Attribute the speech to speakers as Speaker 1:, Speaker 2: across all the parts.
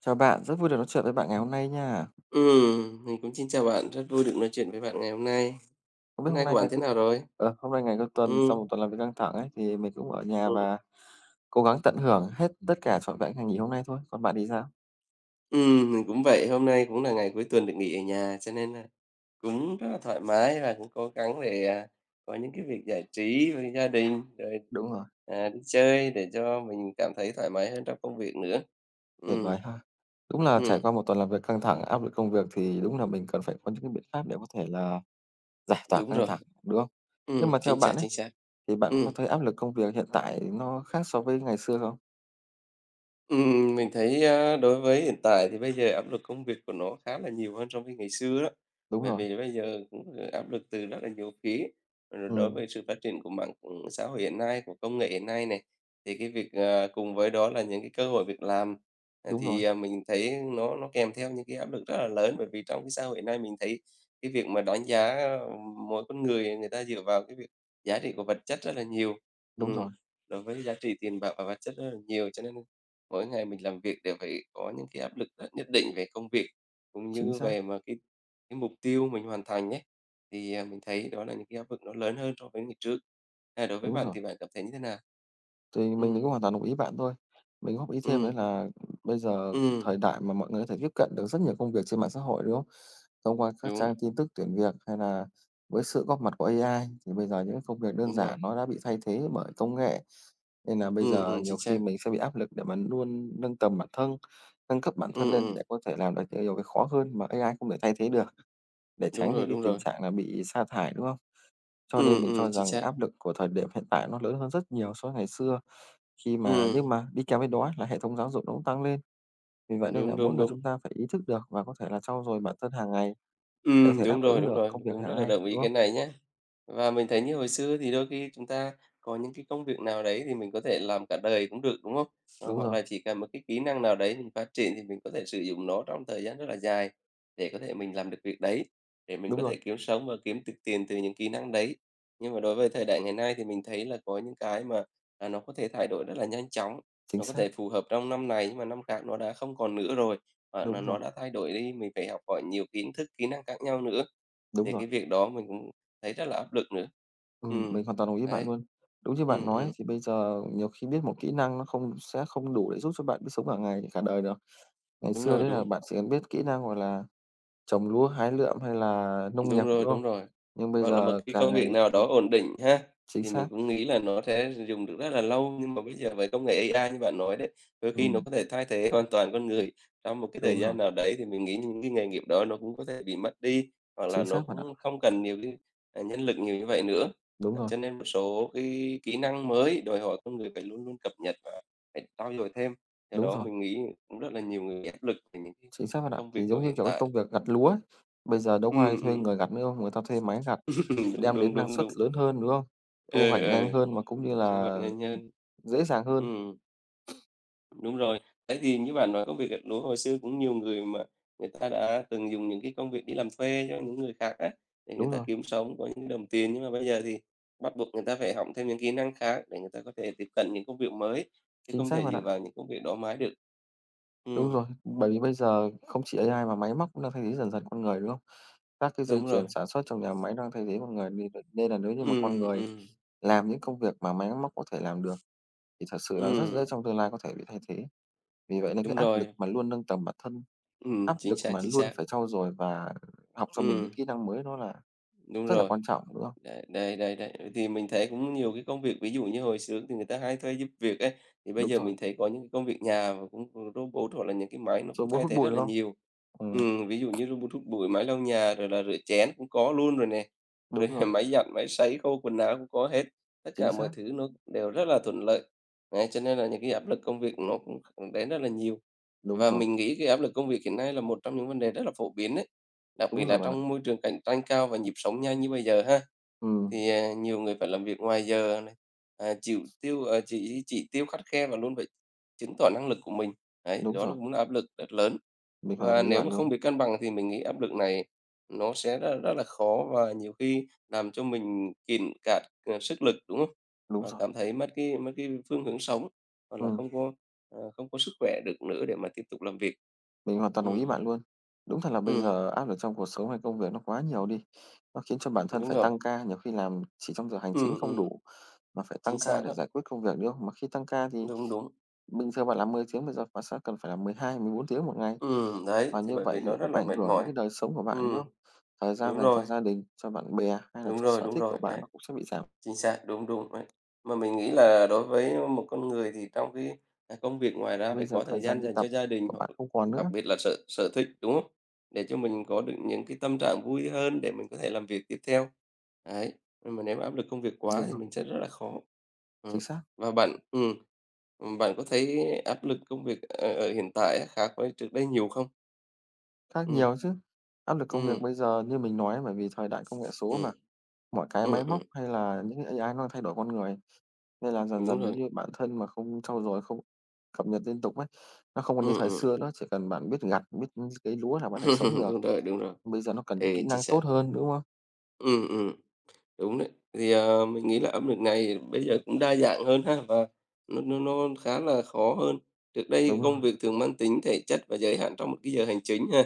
Speaker 1: Chào bạn, rất vui được nói chuyện với bạn ngày hôm nay nha.
Speaker 2: Mình cũng xin chào bạn, rất vui được nói chuyện với bạn ngày hôm nay.
Speaker 1: Không biết
Speaker 2: Hôm
Speaker 1: hôm
Speaker 2: nay của
Speaker 1: nay
Speaker 2: bạn
Speaker 1: ngày
Speaker 2: thế
Speaker 1: cuối.
Speaker 2: nào rồi?
Speaker 1: Hôm nay ngày cuối tuần
Speaker 2: Ừm,
Speaker 1: sau một tuần làm việc căng thẳng ấy, thì mình cũng ở nhà
Speaker 2: ừm,
Speaker 1: và cố gắng tận hưởng hết tất cả trọn vẹn ngày nghỉ hôm nay thôi. Còn bạn thì sao?
Speaker 2: mình cũng vậy, hôm nay cũng là ngày cuối tuần được nghỉ ở nhà, cho nên là cũng rất là thoải mái và cũng cố gắng để, có những cái việc giải trí với gia đình, rồi,
Speaker 1: Đúng rồi,
Speaker 2: đi chơi để cho mình cảm thấy thoải mái hơn trong công việc nữa.
Speaker 1: tuyệt
Speaker 2: Ừm.
Speaker 1: vời ha. Đúng là
Speaker 2: Ừm,
Speaker 1: trải qua một tuần làm việc căng thẳng, áp lực công việc thì đúng là mình cần phải có những cái biện pháp để có thể là giải tỏa
Speaker 2: đúng
Speaker 1: căng
Speaker 2: rồi,
Speaker 1: thẳng, đúng không? Nhưng mà theo
Speaker 2: chính xác,
Speaker 1: bạn ấy,
Speaker 2: chính xác.
Speaker 1: thì bạn có
Speaker 2: Ừm.
Speaker 1: thấy áp lực công việc hiện tại nó khác so với ngày xưa không?
Speaker 2: Mình thấy, đối với hiện tại thì bây giờ áp lực công việc của nó khá là nhiều hơn so với ngày xưa đó.
Speaker 1: Đúng
Speaker 2: Bởi
Speaker 1: rồi.
Speaker 2: vì bây giờ cũng, áp lực từ rất là nhiều phía, rồi đối
Speaker 1: Ừm,
Speaker 2: với sự phát triển của mạng, xã hội hiện nay, của công nghệ hiện nay này, thì cái việc, cùng với đó là những cái cơ hội việc làm,
Speaker 1: đúng rồi,
Speaker 2: mình thấy nó kèm theo những cái áp lực rất là lớn. Bởi vì trong cái xã hội hiện nay mình thấy cái việc mà đánh giá, mỗi con người, người ta dựa vào cái việc giá trị của vật chất rất là nhiều,
Speaker 1: đúng
Speaker 2: ừm,
Speaker 1: rồi,
Speaker 2: đối với giá trị tiền bạc và vật chất rất là nhiều, cho nên mỗi ngày mình làm việc đều phải có những cái áp lực rất nhất định về công việc, cũng
Speaker 1: chính
Speaker 2: như
Speaker 1: xác,
Speaker 2: về mà cái mục tiêu mình hoàn thành ấy, thì, mình thấy đó là những cái áp lực nó lớn hơn so với ngày trước. Đối với
Speaker 1: đúng
Speaker 2: bạn
Speaker 1: rồi.
Speaker 2: thì bạn cảm thấy như thế nào?
Speaker 1: Thì
Speaker 2: Ừ,
Speaker 1: mình thì cũng hoàn toàn đồng ý bạn thôi. Mình góp ý thêm đấy
Speaker 2: ừm,
Speaker 1: là bây giờ
Speaker 2: ừm,
Speaker 1: thời đại mà mọi người có thể tiếp cận được rất nhiều công việc trên mạng xã hội, đúng không? Thông qua các
Speaker 2: đúng,
Speaker 1: trang tin tức tuyển việc hay là với sự góp mặt của AI thì bây giờ những công việc đơn
Speaker 2: đúng rồi.
Speaker 1: giản nó đã bị thay thế bởi công nghệ. Nên là bây
Speaker 2: Ừ,
Speaker 1: giờ nhiều
Speaker 2: chính xác.
Speaker 1: khi mình sẽ bị áp lực để mà luôn nâng tầm bản thân, nâng cấp bản
Speaker 2: Ừ,
Speaker 1: thân lên để có thể làm được những điều cái khó hơn mà AI không thể thay thế được, để
Speaker 2: đúng
Speaker 1: tránh đi
Speaker 2: rồi,
Speaker 1: cái
Speaker 2: đúng
Speaker 1: tình
Speaker 2: rồi.
Speaker 1: trạng là bị sa thải, đúng không? Cho nên
Speaker 2: Ừ,
Speaker 1: mình cho
Speaker 2: chính
Speaker 1: rằng
Speaker 2: xác.
Speaker 1: áp lực của thời điểm hiện tại nó lớn hơn rất nhiều so với ngày xưa. Khi
Speaker 2: Ừ,
Speaker 1: mà nhưng mà đi kèm với đó là hệ thống giáo dục nó cũng tăng lên, vì vậy nên là
Speaker 2: đúng,
Speaker 1: mỗi
Speaker 2: đúng,
Speaker 1: người
Speaker 2: đúng.
Speaker 1: chúng ta phải ý thức được và có thể là trau dồi bản thân hàng ngày để có
Speaker 2: Ừ
Speaker 1: thể đáp
Speaker 2: Đúng rồi,
Speaker 1: ứng
Speaker 2: đúng
Speaker 1: được
Speaker 2: rồi,
Speaker 1: công
Speaker 2: mình
Speaker 1: việc
Speaker 2: cũng rất
Speaker 1: hàng
Speaker 2: là
Speaker 1: ngày,
Speaker 2: đồng ý
Speaker 1: đúng
Speaker 2: cái
Speaker 1: không?
Speaker 2: này nhé. Và mình thấy như hồi xưa thì đôi khi chúng ta có những cái công việc nào đấy thì mình có thể làm cả đời cũng được, đúng không?
Speaker 1: Đúng
Speaker 2: Hoặc
Speaker 1: rồi,
Speaker 2: là chỉ cần một cái kỹ năng nào đấy mình phát triển thì mình có thể sử dụng nó trong thời gian rất là dài để có thể mình làm được việc đấy, để mình
Speaker 1: đúng
Speaker 2: có
Speaker 1: rồi,
Speaker 2: thể kiếm sống và kiếm được tiền từ những kỹ năng đấy. Nhưng mà đối với thời đại ngày nay thì mình thấy là có những cái mà, nó có thể thay đổi rất là nhanh chóng,
Speaker 1: chính
Speaker 2: nó có
Speaker 1: xác,
Speaker 2: thể phù hợp trong năm này nhưng mà năm khác nó đã không còn nữa rồi. Bạn là
Speaker 1: đúng rồi,
Speaker 2: nó đã thay đổi đi, mình phải học hỏi nhiều kiến thức, kỹ năng khác nhau nữa,
Speaker 1: đúng
Speaker 2: thì
Speaker 1: rồi.
Speaker 2: cái việc đó mình cũng thấy rất là áp lực nữa.
Speaker 1: Mình
Speaker 2: Ừm,
Speaker 1: hoàn toàn đồng ý bạn
Speaker 2: đấy.
Speaker 1: luôn. Đúng như bạn
Speaker 2: Ừm,
Speaker 1: nói
Speaker 2: ừm,
Speaker 1: thì bây giờ nhiều khi biết một kỹ năng nó không sẽ không đủ để giúp cho bạn biết sống cả ngày, cả đời được. Ngày
Speaker 2: đúng
Speaker 1: xưa
Speaker 2: rồi,
Speaker 1: đấy
Speaker 2: đúng.
Speaker 1: là bạn chỉ cần biết kỹ năng, gọi là, trồng lúa, hái lượm hay là nông nghiệp,
Speaker 2: Đúng rồi,
Speaker 1: đúng không?
Speaker 2: đúng rồi.
Speaker 1: Nhưng bây
Speaker 2: Hoặc là một
Speaker 1: giờ
Speaker 2: cái
Speaker 1: cả
Speaker 2: công việc
Speaker 1: ngày,
Speaker 2: nào đó ổn định ha,
Speaker 1: chính
Speaker 2: thì
Speaker 1: xác,
Speaker 2: mình cũng nghĩ là nó sẽ dùng được rất là lâu, nhưng mà bây giờ với công nghệ AI như bạn nói đấy, đôi khi nó
Speaker 1: ừm,
Speaker 2: có thể thay thế hoàn toàn con người trong một cái thời
Speaker 1: đúng rồi,
Speaker 2: gian nào đấy, thì mình nghĩ những cái nghề nghiệp đó nó cũng có thể bị mất đi, hoặc là
Speaker 1: chính
Speaker 2: nó
Speaker 1: xác bạn ạ,
Speaker 2: cũng không cần nhiều cái, nhân lực nhiều như vậy nữa.
Speaker 1: đúng rồi,
Speaker 2: Cho nên một số cái kỹ năng mới đòi hỏi con người phải luôn luôn cập nhật và phải trau dồi thêm. Do
Speaker 1: đúng
Speaker 2: đó
Speaker 1: rồi.
Speaker 2: mình nghĩ cũng rất là nhiều người bị áp lực về những
Speaker 1: Chính xác
Speaker 2: cái
Speaker 1: bạn ạ.
Speaker 2: công việc
Speaker 1: Thì
Speaker 2: của
Speaker 1: giống như,
Speaker 2: hiện
Speaker 1: kiểu, cái
Speaker 2: tại.
Speaker 1: công việc gặt lúa ấy, bây giờ đâu có ai
Speaker 2: Ừm,
Speaker 1: thuê
Speaker 2: ừm,
Speaker 1: người gặt nữa không? Người ta thuê máy gặt,
Speaker 2: đúng,
Speaker 1: đem
Speaker 2: đúng,
Speaker 1: đến năng
Speaker 2: đúng,
Speaker 1: suất
Speaker 2: đúng.
Speaker 1: lớn hơn, đúng không? Thu
Speaker 2: Ừ,
Speaker 1: hoạch nhanh
Speaker 2: ừ,
Speaker 1: hơn mà cũng như
Speaker 2: chú Hoàng
Speaker 1: là
Speaker 2: Gia Nhân.
Speaker 1: dễ dàng hơn.
Speaker 2: Ừm, đúng rồi. Thế thì như bạn nói công việc gặt lúa hồi xưa cũng nhiều người mà người ta đã từng dùng những cái công việc đi làm thuê cho những người khác á, để người
Speaker 1: Đúng
Speaker 2: ta
Speaker 1: rồi,
Speaker 2: kiếm sống, có những đồng tiền. Nhưng mà bây giờ thì bắt buộc người ta phải học thêm những kỹ năng khác để người ta có thể tiếp cận những công việc mới, chứ
Speaker 1: chính
Speaker 2: không
Speaker 1: xác
Speaker 2: thể
Speaker 1: bạn
Speaker 2: dựa
Speaker 1: ạ.
Speaker 2: vào những công việc đó mãi được.
Speaker 1: Đúng
Speaker 2: Ừm,
Speaker 1: rồi, bởi vì bây giờ không chỉ AI mà máy móc cũng đang thay thế dần dần con người, đúng không? Các cái dây
Speaker 2: đúng rồi.
Speaker 1: chuyền sản xuất trong nhà máy đang thay thế con người nên là nếu như mà con
Speaker 2: Ừm,
Speaker 1: người
Speaker 2: ừm,
Speaker 1: làm những công việc mà máy móc có thể làm được thì thật sự là rất
Speaker 2: ừm,
Speaker 1: dễ trong tương lai có thể bị thay thế. Vì vậy nên cái
Speaker 2: đúng
Speaker 1: áp lực
Speaker 2: rồi.
Speaker 1: mà luôn nâng tầm bản thân, áp
Speaker 2: Chính
Speaker 1: lực
Speaker 2: xác,
Speaker 1: mà
Speaker 2: chính
Speaker 1: luôn
Speaker 2: xác.
Speaker 1: phải trau dồi và học cho mình
Speaker 2: Ừm.
Speaker 1: những kỹ năng mới nó là
Speaker 2: Đúng
Speaker 1: rất là
Speaker 2: rồi.
Speaker 1: quan trọng, đúng không?
Speaker 2: Đấy, đấy, đấy, đấy. Thì mình thấy cũng nhiều cái công việc, ví dụ như hồi xưa thì người ta hay thuê giúp việc ấy, thì bây
Speaker 1: Đúng
Speaker 2: giờ
Speaker 1: rồi,
Speaker 2: mình thấy có những cái công việc nhà và cũng có robot hoặc là những cái máy nó
Speaker 1: rồi
Speaker 2: cũng
Speaker 1: muốn
Speaker 2: thay
Speaker 1: hút
Speaker 2: thế
Speaker 1: bụi,
Speaker 2: rất
Speaker 1: đúng
Speaker 2: là
Speaker 1: không?
Speaker 2: nhiều.
Speaker 1: Ừm,
Speaker 2: Ví dụ như robot hút bụi, máy lau nhà, rồi là rửa chén cũng có luôn rồi nè, rồi
Speaker 1: đúng rồi,
Speaker 2: máy giặt, máy sấy, khô quần áo cũng có hết. Tất
Speaker 1: chính
Speaker 2: cả mọi
Speaker 1: xác,
Speaker 2: thứ nó đều rất là thuận lợi. Đấy, cho nên là những cái áp lực công việc nó cũng đến rất là nhiều.
Speaker 1: đúng
Speaker 2: Và
Speaker 1: rồi,
Speaker 2: mình nghĩ cái áp lực công việc hiện nay là một trong những vấn đề rất là phổ biến đấy. Đặc biệt
Speaker 1: đúng
Speaker 2: là
Speaker 1: rồi bạn ạ.
Speaker 2: trong môi trường cạnh tranh cao và nhịp sống nhanh như bây giờ ha,
Speaker 1: Ừm,
Speaker 2: thì, nhiều người phải làm việc ngoài giờ này, chỉ tiêu khắt khe và luôn phải chứng tỏ năng lực của mình. Đấy,
Speaker 1: đúng
Speaker 2: đó là
Speaker 1: rồi,
Speaker 2: cũng là áp lực rất lớn.
Speaker 1: mình hoàn toàn
Speaker 2: Và
Speaker 1: đồng ý
Speaker 2: nếu
Speaker 1: bạn
Speaker 2: mà
Speaker 1: luôn,
Speaker 2: không biết cân bằng thì mình nghĩ áp lực này nó sẽ rất rất là khó và nhiều khi làm cho mình kiệt cạn, sức lực, đúng không?
Speaker 1: đúng
Speaker 2: Và
Speaker 1: rồi,
Speaker 2: cảm thấy mất cái phương hướng sống, hoặc là
Speaker 1: ừm,
Speaker 2: không có, không có sức khỏe được nữa để mà tiếp tục làm việc.
Speaker 1: mình hoàn toàn đồng
Speaker 2: Ừm,
Speaker 1: ý bạn luôn. Đúng thật là bây
Speaker 2: ừm,
Speaker 1: giờ áp lực trong cuộc sống hay công việc nó quá nhiều đi, nó khiến cho bản thân
Speaker 2: đúng
Speaker 1: phải
Speaker 2: rồi.
Speaker 1: tăng ca, nhiều khi làm chỉ trong giờ hành chính
Speaker 2: Ừm,
Speaker 1: không
Speaker 2: ừm,
Speaker 1: đủ, mà phải
Speaker 2: chính
Speaker 1: tăng ca
Speaker 2: xác
Speaker 1: để
Speaker 2: đó,
Speaker 1: giải quyết công việc nữa, mà khi tăng ca thì
Speaker 2: đúng, đúng.
Speaker 1: bình thường bạn làm 10 tiếng, bây giờ bạn sẽ cần phải làm 12, 14 tiếng một ngày,
Speaker 2: Đấy,
Speaker 1: và
Speaker 2: thì
Speaker 1: như
Speaker 2: bởi
Speaker 1: vậy
Speaker 2: vì
Speaker 1: thì
Speaker 2: nó
Speaker 1: nó
Speaker 2: rất
Speaker 1: không
Speaker 2: là
Speaker 1: ảnh
Speaker 2: mệt
Speaker 1: hưởng đến
Speaker 2: mỏi.
Speaker 1: cái đời sống của bạn, đúng không?
Speaker 2: Ừm,
Speaker 1: Thời gian
Speaker 2: đúng
Speaker 1: dành
Speaker 2: rồi,
Speaker 1: cho gia đình, cho bạn bè hay là
Speaker 2: đúng
Speaker 1: cho
Speaker 2: rồi,
Speaker 1: sở
Speaker 2: đúng
Speaker 1: thích
Speaker 2: rồi,
Speaker 1: của bạn
Speaker 2: đấy.
Speaker 1: nó cũng sẽ bị giảm.
Speaker 2: Chính xác, đúng, đúng đấy. Mà mình nghĩ là đối với một con người thì trong cái, công việc ngoài ra
Speaker 1: Bây
Speaker 2: phải
Speaker 1: giờ
Speaker 2: có
Speaker 1: thời
Speaker 2: thời
Speaker 1: gian
Speaker 2: gian
Speaker 1: đi
Speaker 2: dành
Speaker 1: tập
Speaker 2: cho gia đình
Speaker 1: của
Speaker 2: hoặc
Speaker 1: bạn không còn
Speaker 2: đặc
Speaker 1: nữa.
Speaker 2: biệt là sở sở thích, đúng không? Để cho mình có được những cái tâm trạng vui hơn để mình có thể làm việc tiếp theo. Đấy, nhưng mà nếu áp lực công việc quá
Speaker 1: Đúng
Speaker 2: thì
Speaker 1: rồi,
Speaker 2: mình sẽ rất là khó. Đó,
Speaker 1: chính xác,
Speaker 2: và bạn bạn có thấy áp lực công việc ở ở hiện tại khác với trước đây nhiều không?
Speaker 1: khác
Speaker 2: Ừm.
Speaker 1: nhiều chứ. Áp lực công việc
Speaker 2: Ừm,
Speaker 1: bây giờ như mình nói bởi vì thời đại công nghệ số
Speaker 2: ừm.
Speaker 1: mà, mọi cái
Speaker 2: Ừm,
Speaker 1: máy móc
Speaker 2: ừm,
Speaker 1: hay là những cái AI nó đang thay đổi con người, nên là dần
Speaker 2: đúng
Speaker 1: dần nếu
Speaker 2: rồi.
Speaker 1: như bản thân mà không trau dồi, không cập nhật liên tục ấy, nó không còn như
Speaker 2: Ừm,
Speaker 1: thời
Speaker 2: ừm.
Speaker 1: xưa nữa, chỉ cần bạn biết gặt, biết cái lúa là bạn có thể sống được.
Speaker 2: Đúng rồi, đúng rồi.
Speaker 1: Bây giờ nó cần những
Speaker 2: Ừ,
Speaker 1: kỹ
Speaker 2: chính
Speaker 1: năng
Speaker 2: xác.
Speaker 1: tốt hơn, đúng không?
Speaker 2: Ừm, ừm, đúng đấy. Thì, mình nghĩ là âm nhạc này bây giờ cũng đa dạng hơn ha, và nó khá là khó hơn. Trước đây thì
Speaker 1: Đúng
Speaker 2: công
Speaker 1: rồi,
Speaker 2: việc thường mang tính thể chất và giới hạn trong một cái giờ hành chính ha.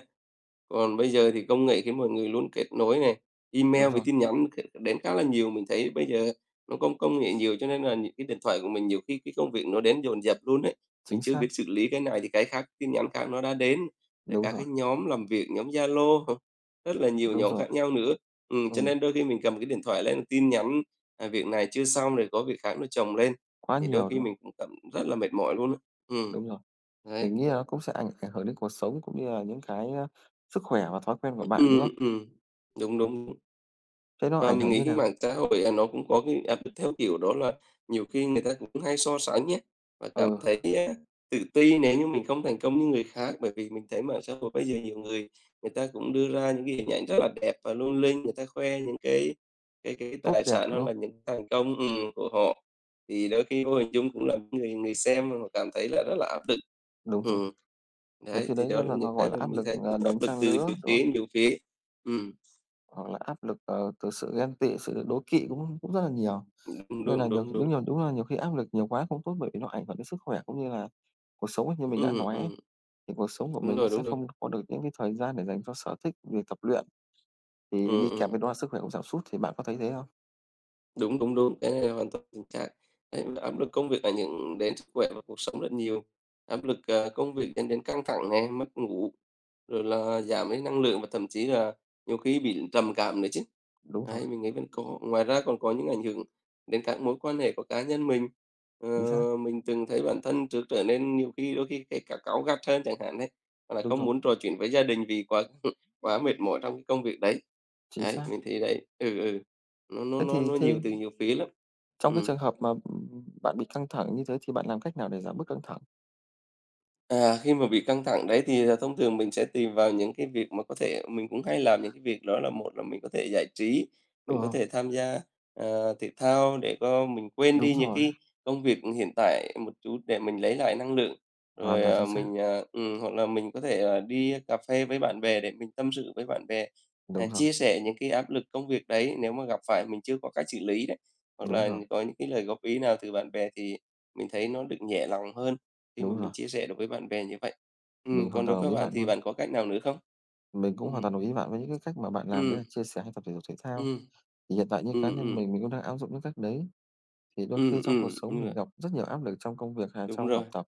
Speaker 2: Còn bây giờ thì công nghệ khiến mọi người luôn kết nối này, email
Speaker 1: đúng
Speaker 2: với
Speaker 1: rồi,
Speaker 2: tin nhắn đến khá là nhiều. Mình thấy bây giờ nó công công nghệ nhiều cho nên là những cái điện thoại của mình nhiều khi cái công việc nó đến dồn dập luôn đấy. Mình
Speaker 1: chính
Speaker 2: chưa
Speaker 1: xác,
Speaker 2: biết xử lý cái này thì cái khác, tin nhắn khác nó đã đến, rồi
Speaker 1: đúng
Speaker 2: các
Speaker 1: rồi,
Speaker 2: cái nhóm làm việc, nhóm Zalo. Rất là nhiều
Speaker 1: đúng
Speaker 2: nhóm
Speaker 1: rồi,
Speaker 2: khác nhau nữa. Cho
Speaker 1: ừm,
Speaker 2: nên đôi khi mình cầm cái điện thoại lên tin nhắn, việc này chưa xong rồi có việc khác nó chồng lên,
Speaker 1: quá
Speaker 2: thì đôi
Speaker 1: nhiều,
Speaker 2: khi
Speaker 1: đúng không?
Speaker 2: mình cũng cảm rất là mệt mỏi luôn á. Ừm.
Speaker 1: Đúng rồi,
Speaker 2: Đấy.
Speaker 1: mình nghĩ là nó cũng sẽ ảnh ảnh hưởng đến cuộc sống cũng như là những cái, sức khỏe và thói quen của bạn, đúng
Speaker 2: Ừm,
Speaker 1: không?
Speaker 2: ừm. Đúng, đúng.
Speaker 1: Thế nó
Speaker 2: Và
Speaker 1: ảnh
Speaker 2: mình
Speaker 1: hưởng
Speaker 2: nghĩ
Speaker 1: như
Speaker 2: cái
Speaker 1: nào?
Speaker 2: mạng xã hội, nó cũng có cái áp lực theo kiểu đó là nhiều khi người ta cũng hay so sánh nhé và cảm
Speaker 1: Ừ,
Speaker 2: thấy, tự ti nếu như mình không thành công như người khác. Bởi vì mình thấy mạng xã hội bây giờ nhiều người người ta cũng đưa ra những cái hình ảnh rất là đẹp và lung linh, người ta khoe những cái
Speaker 1: tốt
Speaker 2: tài
Speaker 1: đẹp,
Speaker 2: sản hoặc
Speaker 1: đúng
Speaker 2: là
Speaker 1: không?
Speaker 2: những thành công, của họ. Thì đôi khi vô hình chung cũng làm người người xem mà cảm thấy là rất là áp lực.
Speaker 1: Đúng rồi,
Speaker 2: Ừm.
Speaker 1: nhiều
Speaker 2: Đấy,
Speaker 1: khi
Speaker 2: thì
Speaker 1: đấy
Speaker 2: đó
Speaker 1: nó
Speaker 2: là
Speaker 1: là nó
Speaker 2: những
Speaker 1: gọi
Speaker 2: cái
Speaker 1: là
Speaker 2: mà
Speaker 1: áp
Speaker 2: mình
Speaker 1: lực,
Speaker 2: thấy cũng áp
Speaker 1: đồng
Speaker 2: lực
Speaker 1: trang
Speaker 2: từ
Speaker 1: lứa,
Speaker 2: nhiều
Speaker 1: đúng không?
Speaker 2: phía nhiều phía. Ừm,
Speaker 1: Hoặc là áp lực, từ sự ghen tị, sự đố kỵ cũng cũng rất là nhiều,
Speaker 2: đúng,
Speaker 1: nên là
Speaker 2: đúng,
Speaker 1: nhiều
Speaker 2: đúng,
Speaker 1: khi
Speaker 2: đúng.
Speaker 1: đúng rồi, đúng là nhiều khi áp lực nhiều quá không tốt bởi vì nó ảnh hưởng đến sức khỏe cũng như là cuộc sống ấy, như mình đã
Speaker 2: Ừm,
Speaker 1: nói ấy.
Speaker 2: ừm.
Speaker 1: Thì cuộc sống của
Speaker 2: Đúng
Speaker 1: mình nó
Speaker 2: rồi, đúng
Speaker 1: sẽ
Speaker 2: rồi.
Speaker 1: không có được những cái thời gian để dành cho sở thích, việc tập luyện, thì
Speaker 2: Ừm,
Speaker 1: đi kèm
Speaker 2: ừm,
Speaker 1: với đó là sức khỏe cũng giảm sút, thì bạn có thấy thế không?
Speaker 2: đúng, đúng, đúng, cái này là hoàn toàn chính xác. Đấy, áp lực công việc ảnh hưởng đến sức khỏe và cuộc sống rất nhiều. Áp lực, công việc dẫn đến căng thẳng này mất ngủ, rồi là giảm cái năng lượng và thậm chí là nhiều khi bị trầm cảm nữa chứ.
Speaker 1: Đúng rồi,
Speaker 2: Đấy, mình nghĩ vẫn có. Ngoài ra còn có những ảnh hưởng đến các mối quan hệ của cá nhân mình. Ờ,
Speaker 1: chính xác,
Speaker 2: mình từng thấy bản thân trước trở nên nhiều khi đôi khi kể cả cáu gắt hơn chẳng hạn đấy, hoặc là
Speaker 1: đúng
Speaker 2: không
Speaker 1: rồi,
Speaker 2: muốn trò chuyện với gia đình vì quá quá mệt mỏi trong cái công việc đấy.
Speaker 1: chính
Speaker 2: Đấy,
Speaker 1: xác.
Speaker 2: mình thấy đấy, nó nó
Speaker 1: Thế
Speaker 2: nó
Speaker 1: thì
Speaker 2: nó nhiều
Speaker 1: thế
Speaker 2: từ nhiều phía lắm.
Speaker 1: trong cái
Speaker 2: Ừ.
Speaker 1: trường hợp mà, bạn bị căng thẳng như thế thì bạn làm cách nào để giảm bớt căng thẳng?
Speaker 2: À, khi mà bị căng thẳng đấy thì, thông thường mình sẽ tìm vào những cái việc mà có thể mình cũng hay làm những cái việc đó là một là mình có thể giải trí, mình có
Speaker 1: Ờ,
Speaker 2: thể tham gia, thể thao để có mình quên
Speaker 1: đúng
Speaker 2: đi những
Speaker 1: rồi,
Speaker 2: cái công việc hiện tại một chút để mình lấy lại năng lượng.
Speaker 1: hoàn
Speaker 2: Rồi,
Speaker 1: toàn chính xác,
Speaker 2: mình, à hoặc là mình có thể, đi cà phê với bạn bè để mình tâm sự với bạn bè,
Speaker 1: đúng rồi,
Speaker 2: chia sẻ những cái áp lực công việc đấy nếu mà gặp phải mình chưa có cách xử lý đấy. Hoặc
Speaker 1: đúng
Speaker 2: là
Speaker 1: rồi,
Speaker 2: có những cái lời góp ý nào từ bạn bè thì mình thấy nó được nhẹ lòng hơn. Khi mà
Speaker 1: đúng
Speaker 2: mình
Speaker 1: rồi,
Speaker 2: chia sẻ được với bạn bè như vậy.
Speaker 1: mình hoàn
Speaker 2: Còn đối
Speaker 1: toàn đồng
Speaker 2: với
Speaker 1: ý
Speaker 2: bạn
Speaker 1: bạn
Speaker 2: thì
Speaker 1: luôn.
Speaker 2: bạn có cách nào nữa không?
Speaker 1: Mình cũng hoàn
Speaker 2: Ừm,
Speaker 1: toàn đồng ý bạn với những cái cách mà bạn làm đấy
Speaker 2: ừm,
Speaker 1: là chia sẻ hay tập thể dục thể thao.
Speaker 2: ừm,
Speaker 1: Thì hiện tại như
Speaker 2: ừm,
Speaker 1: cá nhân
Speaker 2: ừm,
Speaker 1: mình cũng đang áp dụng những cách đấy, thì đôi khi trong cuộc sống
Speaker 2: Như
Speaker 1: mình
Speaker 2: vậy.
Speaker 1: gặp rất nhiều áp lực trong công việc hay
Speaker 2: Đúng
Speaker 1: trong
Speaker 2: rồi,
Speaker 1: học tập.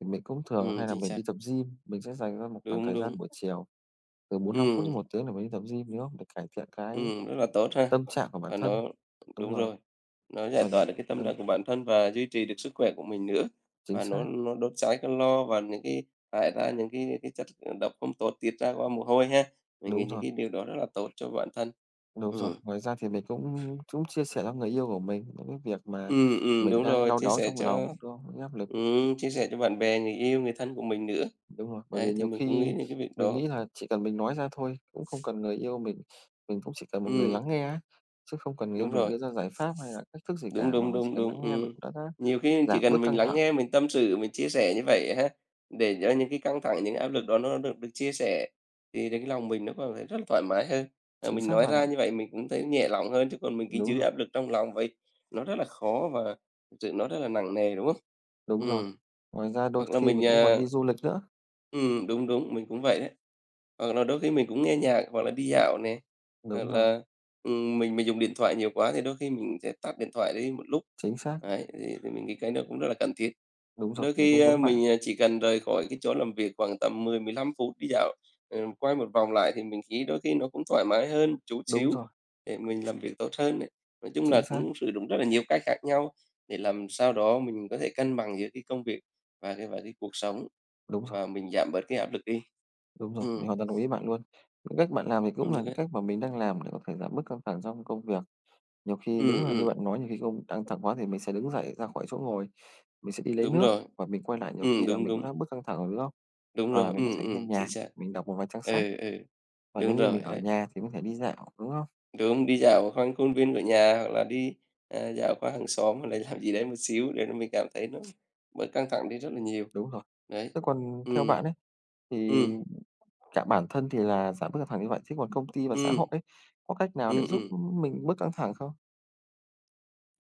Speaker 1: Thì mình cũng thường hay là
Speaker 2: chính
Speaker 1: mình
Speaker 2: xác,
Speaker 1: đi tập gym, mình sẽ dành ra một khoảng
Speaker 2: đúng,
Speaker 1: thời
Speaker 2: đúng.
Speaker 1: gian buổi chiều, từ 45 phút đến
Speaker 2: Ừm,
Speaker 1: một tiếng để mình đi tập gym, đúng không? Để cải thiện cái
Speaker 2: Rất là tốt ha.
Speaker 1: tâm trạng của bản
Speaker 2: Và
Speaker 1: thân.
Speaker 2: nó
Speaker 1: Đúng
Speaker 2: Đúng
Speaker 1: rồi,
Speaker 2: rồi, nó giải
Speaker 1: và
Speaker 2: tỏa được cái tâm
Speaker 1: ừ,
Speaker 2: trạng của bản thân và duy trì được sức khỏe của mình nữa,
Speaker 1: chính
Speaker 2: và nó
Speaker 1: xác,
Speaker 2: nó đốt cháy calo và những cái thải ra những cái chất, độc không tốt tiết ra qua mồ hôi ha. Mình nghĩ
Speaker 1: đúng
Speaker 2: những
Speaker 1: rồi,
Speaker 2: cái điều đó rất là tốt cho bản thân.
Speaker 1: đúng rồi.
Speaker 2: Ừm.
Speaker 1: Ngoài ra thì mình cũng cũng chia sẻ cho người yêu của mình những cái việc mà
Speaker 2: Ừ
Speaker 1: mình
Speaker 2: Đúng
Speaker 1: đang
Speaker 2: rồi,
Speaker 1: đau đáu trong lòng, đúng không? Những áp lực,
Speaker 2: chia sẻ cho bạn bè, người yêu, người thân của mình nữa.
Speaker 1: đúng rồi. Bởi
Speaker 2: Đấy,
Speaker 1: vì
Speaker 2: thì
Speaker 1: nhiều
Speaker 2: mình cũng nghĩ
Speaker 1: khi
Speaker 2: đến cái việc
Speaker 1: mình
Speaker 2: đó.
Speaker 1: nghĩ là chỉ cần mình nói ra thôi, cũng không cần người yêu mình cũng chỉ cần một người
Speaker 2: Ừ,
Speaker 1: lắng nghe ấy, chứ không cần người yêu
Speaker 2: đúng
Speaker 1: mình
Speaker 2: rồi,
Speaker 1: đưa ra giải pháp hay là cách thức gì
Speaker 2: đúng,
Speaker 1: cả, mà
Speaker 2: đúng,
Speaker 1: mình chỉ
Speaker 2: đúng,
Speaker 1: cần
Speaker 2: đúng,
Speaker 1: lắng nghe mình
Speaker 2: ừm.
Speaker 1: cũng đã
Speaker 2: Nhiều khi chỉ
Speaker 1: giảm
Speaker 2: cần
Speaker 1: bớt
Speaker 2: mình
Speaker 1: căng
Speaker 2: lắng
Speaker 1: thẳng.
Speaker 2: nghe, mình tâm sự, mình chia sẻ như vậy ha, để cho những cái căng thẳng, những áp lực đó nó được được chia sẻ, thì đến cái lòng mình nó còn thấy rất là thoải mái hơn.
Speaker 1: Chính
Speaker 2: Mình
Speaker 1: xác
Speaker 2: nói
Speaker 1: bạn
Speaker 2: ra
Speaker 1: ạ.
Speaker 2: như vậy mình cũng thấy nhẹ lòng hơn, chứ còn mình cứ
Speaker 1: Đúng
Speaker 2: giữ
Speaker 1: rồi,
Speaker 2: áp lực trong lòng vậy, nó rất là khó và thực sự nó rất là nặng nề, đúng không?
Speaker 1: đúng rồi.
Speaker 2: Ừ.
Speaker 1: Ngoài ra đôi
Speaker 2: Hoặc là
Speaker 1: khi
Speaker 2: mình,
Speaker 1: mình cũng còn
Speaker 2: à
Speaker 1: đi du lịch nữa.
Speaker 2: Đúng, đúng, mình cũng vậy đấy. Hoặc là đôi khi mình cũng nghe nhạc hoặc là đi dạo này hoặc
Speaker 1: Đúng rồi,
Speaker 2: là, mình dùng điện thoại nhiều quá thì đôi khi mình sẽ tắt điện thoại đi một lúc.
Speaker 1: chính xác,
Speaker 2: Đấy, thì mình nghĩ cái đó cũng rất là cần thiết.
Speaker 1: đúng rồi,
Speaker 2: Đôi
Speaker 1: mình
Speaker 2: khi,
Speaker 1: cũng giống bạn.
Speaker 2: mình, chỉ cần rời khỏi cái chỗ làm việc khoảng tầm 10-15 phút đi dạo, quay một vòng lại thì mình nghĩ đôi khi nó cũng thoải mái hơn một chút
Speaker 1: Đúng
Speaker 2: xíu
Speaker 1: rồi,
Speaker 2: để mình làm việc tốt hơn này. Nói chung là
Speaker 1: chính xác,
Speaker 2: cũng sử dụng rất là nhiều cách khác nhau để làm sao đó mình có thể cân bằng giữa cái công việc và cái cuộc sống
Speaker 1: đúng rồi,
Speaker 2: và mình giảm bớt cái áp lực đi.
Speaker 1: đúng rồi,
Speaker 2: Ừm,
Speaker 1: mình hoàn toàn đồng ý bạn luôn. Những cách bạn làm thì cũng là
Speaker 2: Được
Speaker 1: những
Speaker 2: đấy.
Speaker 1: cách mà mình đang làm để có thể giảm bớt căng thẳng trong công việc. Nhiều khi đúng
Speaker 2: Ừm,
Speaker 1: là như
Speaker 2: ừm,
Speaker 1: bạn nói, nhiều khi không căng thẳng quá thì mình sẽ đứng dậy ra khỏi chỗ ngồi, mình sẽ đi lấy
Speaker 2: Đúng
Speaker 1: nước
Speaker 2: rồi.
Speaker 1: và mình quay lại nhiều khi là
Speaker 2: Đúng,
Speaker 1: mình cũng
Speaker 2: đúng,
Speaker 1: đã bớt căng thẳng rồi, đúng không?
Speaker 2: đúng
Speaker 1: Hoặc là
Speaker 2: rồi,
Speaker 1: mình có thể nghe
Speaker 2: chính
Speaker 1: nhạc,
Speaker 2: xác.
Speaker 1: mình đọc một vài trang sách,
Speaker 2: Ừ, ừ,
Speaker 1: và
Speaker 2: Đúng
Speaker 1: nếu như
Speaker 2: rồi,
Speaker 1: mình ở
Speaker 2: đấy.
Speaker 1: nhà thì có thể đi dạo, đúng không?
Speaker 2: Đúng, đi dạo quanh khuôn viên của nhà hoặc là đi, dạo qua hàng xóm hoặc là làm gì đấy một xíu để nó mình cảm thấy nó bớt căng thẳng đi rất là nhiều.
Speaker 1: Đúng rồi.
Speaker 2: Đấy.
Speaker 1: Thế còn theo
Speaker 2: Ừm.
Speaker 1: bạn ấy, thì
Speaker 2: Ừm,
Speaker 1: cả bản thân thì là giảm bớt căng thẳng như vậy, thế còn công ty và xã hội
Speaker 2: ừm,
Speaker 1: ấy, có cách nào để
Speaker 2: ừm,
Speaker 1: giúp
Speaker 2: ừm.
Speaker 1: mình bớt căng thẳng không?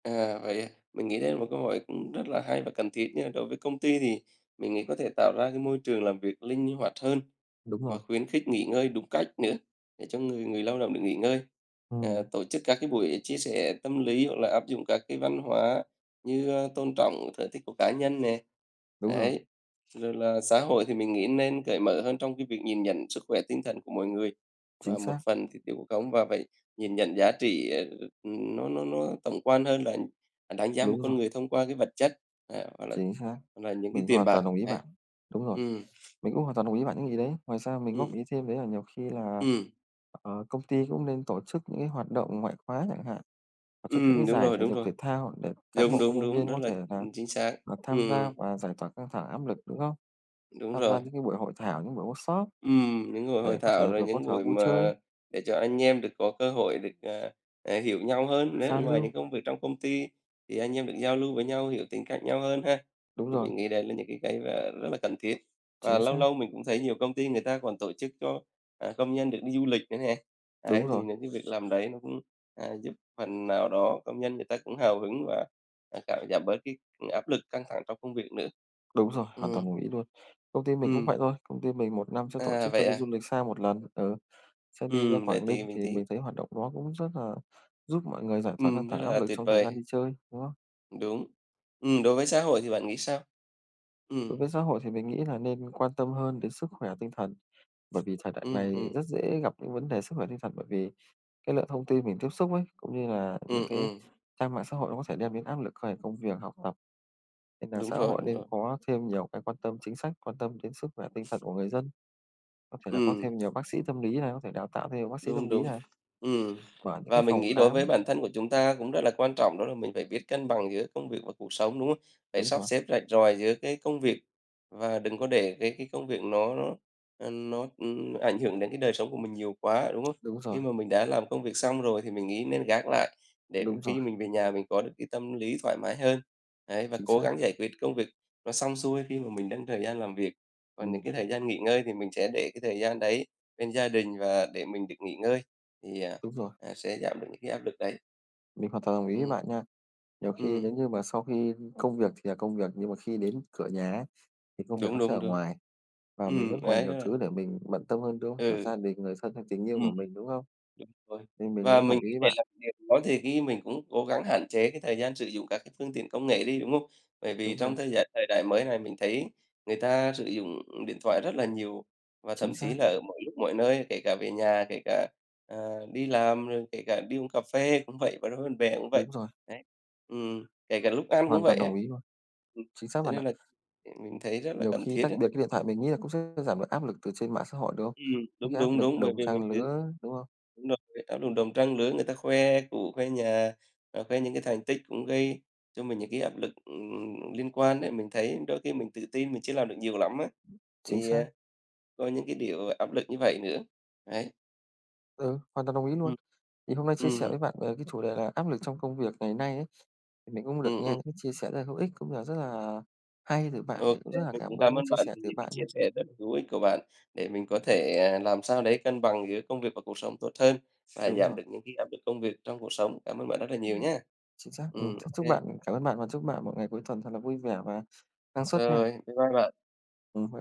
Speaker 2: À, vậy à? Mình nghĩ đây là một câu hỏi cũng rất là hay và cần thiết nha. Đối với công ty thì mình nghĩ có thể tạo ra cái môi trường làm việc linh hoạt hơn
Speaker 1: Đúng
Speaker 2: và
Speaker 1: rồi.
Speaker 2: khuyến khích nghỉ ngơi đúng cách nữa để cho người người lao động được nghỉ ngơi.
Speaker 1: Ừm,
Speaker 2: Tổ chức các cái buổi chia sẻ tâm lý hoặc là áp dụng các cái văn hóa như, tôn trọng sở thích của cá nhân nè.
Speaker 1: đúng rồi,
Speaker 2: Đấy, rồi là xã hội thì mình nghĩ nên cởi mở hơn trong cái việc nhìn nhận sức khỏe tinh thần của mọi người, và
Speaker 1: chính
Speaker 2: một
Speaker 1: xác,
Speaker 2: phần thì tiêu cực khống và phải nhìn nhận giá trị, nó tổng quan hơn là đánh giá một
Speaker 1: đúng
Speaker 2: con
Speaker 1: rồi,
Speaker 2: người thông qua cái vật chất, hoặc là
Speaker 1: chính xác.
Speaker 2: những cái
Speaker 1: Mình
Speaker 2: tiền
Speaker 1: hoàn
Speaker 2: bạc,
Speaker 1: toàn đồng ý
Speaker 2: đấy.
Speaker 1: bạn, đúng rồi.
Speaker 2: Ừm,
Speaker 1: Mình cũng hoàn toàn đồng ý bạn những gì đấy. Ngoài ra mình
Speaker 2: ừm,
Speaker 1: góp ý thêm đấy là nhiều khi là,
Speaker 2: ừm.
Speaker 1: công ty cũng nên tổ chức những cái hoạt động ngoại khóa chẳng hạn, tổ chức những cái
Speaker 2: Đúng
Speaker 1: giải
Speaker 2: rồi,
Speaker 1: thể
Speaker 2: đúng
Speaker 1: dục
Speaker 2: rồi.
Speaker 1: thể thao để cán
Speaker 2: Đúng,
Speaker 1: bộ công
Speaker 2: đúng,
Speaker 1: nhân
Speaker 2: đúng,
Speaker 1: viên
Speaker 2: rất
Speaker 1: có
Speaker 2: là,
Speaker 1: thể là
Speaker 2: chính xác.
Speaker 1: là tham
Speaker 2: Ừm,
Speaker 1: gia và giải tỏa căng thẳng, áp lực, đúng không?
Speaker 2: Đúng
Speaker 1: Tham gia
Speaker 2: rồi.
Speaker 1: những cái buổi hội thảo, những buổi workshop
Speaker 2: Những buổi hội
Speaker 1: để có
Speaker 2: thảo,
Speaker 1: thể
Speaker 2: rồi
Speaker 1: vừa có
Speaker 2: những
Speaker 1: trò
Speaker 2: buổi
Speaker 1: vui chơi,
Speaker 2: mà để cho anh em được có cơ hội được, hiểu nhau hơn nữa,
Speaker 1: giao
Speaker 2: ngoài
Speaker 1: lưu.
Speaker 2: những công việc trong công ty thì anh em được giao lưu với nhau, hiểu tính cách nhau hơn ha.
Speaker 1: Đúng
Speaker 2: Thì
Speaker 1: rồi,
Speaker 2: mình nghĩ đấy là những cái mà rất là cần thiết. Và
Speaker 1: chính
Speaker 2: lâu
Speaker 1: xác.
Speaker 2: lâu mình cũng thấy nhiều công ty người ta còn tổ chức cho, công nhân được đi du lịch nữa nè.
Speaker 1: Đúng
Speaker 2: Đấy, thì
Speaker 1: rồi,
Speaker 2: những cái việc làm đấy nó cũng, giúp phần nào đó công nhân người ta cũng hào hứng và, cảm giảm bớt cái áp lực căng thẳng trong công việc nữa.
Speaker 1: đúng rồi, hoàn
Speaker 2: Ừm,
Speaker 1: toàn đồng ý luôn. Công ty mình cũng
Speaker 2: ừm,
Speaker 1: vậy thôi, công ty mình một năm sẽ tổ chức cho
Speaker 2: Vậy
Speaker 1: đi
Speaker 2: à?
Speaker 1: du lịch xa một lần, ừ, sẽ đi ra
Speaker 2: Vậy
Speaker 1: Quảng
Speaker 2: thì
Speaker 1: Ninh
Speaker 2: mình
Speaker 1: thì mình
Speaker 2: thấy,
Speaker 1: thấy hoạt động đó cũng rất là giúp mọi người giải tỏa căng
Speaker 2: rất
Speaker 1: thẳng áp
Speaker 2: là
Speaker 1: lực
Speaker 2: tuyệt
Speaker 1: trong thời gian
Speaker 2: vời,
Speaker 1: đi chơi, đúng không?
Speaker 2: đúng. Đối với xã hội thì bạn nghĩ sao?
Speaker 1: Đối
Speaker 2: Ừm,
Speaker 1: với xã hội thì mình nghĩ là nên quan tâm hơn đến sức khỏe tinh thần, bởi vì thời đại
Speaker 2: ừm,
Speaker 1: này
Speaker 2: ừm,
Speaker 1: rất dễ gặp những vấn đề sức khỏe tinh thần bởi vì cái lượng thông tin mình tiếp xúc ấy, cũng như là những
Speaker 2: ừm,
Speaker 1: cái
Speaker 2: ừm,
Speaker 1: trang mạng xã hội nó có thể đem đến áp lực về công việc, học tập. Nên là
Speaker 2: Đúng
Speaker 1: xã
Speaker 2: rồi,
Speaker 1: hội
Speaker 2: đúng
Speaker 1: nên
Speaker 2: rồi.
Speaker 1: có thêm nhiều cái quan tâm chính sách, quan tâm đến sức khỏe tinh thần của người dân, có thể là có
Speaker 2: Ừm.
Speaker 1: thêm nhiều bác sĩ tâm lý này, có thể đào tạo thêm nhiều bác sĩ tâm
Speaker 2: Đúng,
Speaker 1: lý
Speaker 2: đúng.
Speaker 1: này,
Speaker 2: Ừm,
Speaker 1: mở những
Speaker 2: và
Speaker 1: cái
Speaker 2: mình
Speaker 1: phòng
Speaker 2: nghĩ đối với
Speaker 1: khám.
Speaker 2: bản thân của chúng ta cũng rất là quan trọng đó là mình phải biết cân bằng giữa công việc và cuộc sống, đúng không? Phải
Speaker 1: Đúng
Speaker 2: sắp
Speaker 1: rồi,
Speaker 2: xếp rạch ròi giữa cái công việc và đừng có để cái công việc nó ảnh hưởng đến cái đời sống của mình nhiều quá, đúng không?
Speaker 1: đúng
Speaker 2: Khi
Speaker 1: rồi,
Speaker 2: mà mình đã làm công việc xong rồi thì mình nghĩ nên gác lại để
Speaker 1: đúng rồi,
Speaker 2: khi mình về nhà mình có được cái tâm lý thoải mái hơn. Đấy, và
Speaker 1: chính
Speaker 2: cố
Speaker 1: xác.
Speaker 2: gắng giải quyết công việc nó xong xuôi khi mà mình đang thời gian làm việc, còn những
Speaker 1: Ừm,
Speaker 2: cái thời gian nghỉ ngơi thì mình sẽ để cái thời gian đấy bên gia đình và để mình được nghỉ ngơi thì,
Speaker 1: đúng rồi,
Speaker 2: sẽ giảm được những cái áp lực đấy.
Speaker 1: mình hoàn toàn đồng ý với
Speaker 2: Ừm,
Speaker 1: bạn nha. Nhiều khi
Speaker 2: ừm,
Speaker 1: nếu như mà sau khi công việc thì là công việc, nhưng mà khi đến cửa nhà ấy, thì công việc
Speaker 2: Đúng,
Speaker 1: nó sẽ
Speaker 2: đúng,
Speaker 1: ở
Speaker 2: đúng.
Speaker 1: ngoài và mình vẫn còn
Speaker 2: Đấy,
Speaker 1: nhiều
Speaker 2: đó là
Speaker 1: thứ để mình bận tâm hơn, đúng không? Kiểu
Speaker 2: ừ.
Speaker 1: gia đình, người thân hay tình yêu
Speaker 2: Ừm.
Speaker 1: của mình, đúng không?
Speaker 2: Đúng rồi.
Speaker 1: Nên mình
Speaker 2: Và
Speaker 1: cũng
Speaker 2: mình
Speaker 1: đồng ý
Speaker 2: nghĩ
Speaker 1: với
Speaker 2: để
Speaker 1: bạn.
Speaker 2: làm điều đó thì cái mình cũng cố gắng hạn chế cái thời gian sử dụng các cái phương tiện công nghệ đi, đúng không? Bởi vì
Speaker 1: Đúng
Speaker 2: trong
Speaker 1: rồi,
Speaker 2: thời đại mới này mình thấy người ta sử dụng điện thoại rất là nhiều và
Speaker 1: chính
Speaker 2: thậm chí
Speaker 1: xác,
Speaker 2: là ở mọi lúc mọi nơi, kể cả về nhà, kể cả, đi làm, rồi kể cả đi uống cà phê cũng vậy, và đối với bạn bè cũng vậy.
Speaker 1: đúng rồi,
Speaker 2: Đấy, kể cả lúc ăn cũng
Speaker 1: hoàn toàn
Speaker 2: vậy
Speaker 1: đồng
Speaker 2: ấy.
Speaker 1: ý luôn,
Speaker 2: Ừm,
Speaker 1: chính xác
Speaker 2: cho
Speaker 1: bạn.
Speaker 2: nên là, mình thấy rất là
Speaker 1: Nhiều
Speaker 2: cần
Speaker 1: khi
Speaker 2: thiết
Speaker 1: tách
Speaker 2: ấy.
Speaker 1: biệt cái điện thoại mình nghĩ là cũng sẽ giảm được áp lực từ trên mạng xã hội, đúng không? Những
Speaker 2: Đúng,
Speaker 1: cái áp
Speaker 2: đúng,
Speaker 1: lực
Speaker 2: đúng, bởi
Speaker 1: đồng
Speaker 2: vì mình
Speaker 1: trang
Speaker 2: cứ.
Speaker 1: lứa, đúng không?
Speaker 2: Đúng rồi, áo lùn đồng trăng lứa người ta khoe cũ, khoe nhà, khoe những cái thành tích cũng gây cho mình những cái áp lực, liên quan đấy. Mình thấy đôi khi mình tự tin mình chưa làm được nhiều lắm á,
Speaker 1: Chính
Speaker 2: thì,
Speaker 1: xác,
Speaker 2: có những cái điều áp lực như vậy nữa. Đấy.
Speaker 1: ừ, hoàn toàn đồng ý
Speaker 2: Ừ.
Speaker 1: luôn. Thì hôm nay chia sẻ
Speaker 2: Ừm,
Speaker 1: với bạn về cái chủ đề là áp lực trong công việc ngày nay ấy, thì mình cũng được nghe
Speaker 2: ừm.
Speaker 1: những cái chia sẻ rất là hữu ích, cũng như là rất là hay từ bạn,
Speaker 2: ô
Speaker 1: mình cũng rất là
Speaker 2: mình
Speaker 1: cảm
Speaker 2: cũng
Speaker 1: ơn
Speaker 2: cảm
Speaker 1: những
Speaker 2: ơn
Speaker 1: chia
Speaker 2: bạn
Speaker 1: sẻ
Speaker 2: vì
Speaker 1: từ
Speaker 2: những cái
Speaker 1: bạn
Speaker 2: chia
Speaker 1: nhé.
Speaker 2: sẻ rất là hữu ích của bạn để mình có thể, làm sao đấy cân bằng giữa công việc và cuộc sống tốt hơn và
Speaker 1: Đúng
Speaker 2: giảm
Speaker 1: rồi.
Speaker 2: được những cái áp lực công việc trong cuộc sống. Cảm ơn bạn rất là
Speaker 1: Ừm.
Speaker 2: nhiều nhá.
Speaker 1: Chính xác, ừ
Speaker 2: Ừ,
Speaker 1: chúc chúc
Speaker 2: ok
Speaker 1: bạn, cảm ơn bạn và chúc bạn một ngày cuối tuần thật là vui vẻ và năng suất nha.
Speaker 2: rồi, bye bye bạn.
Speaker 1: Bye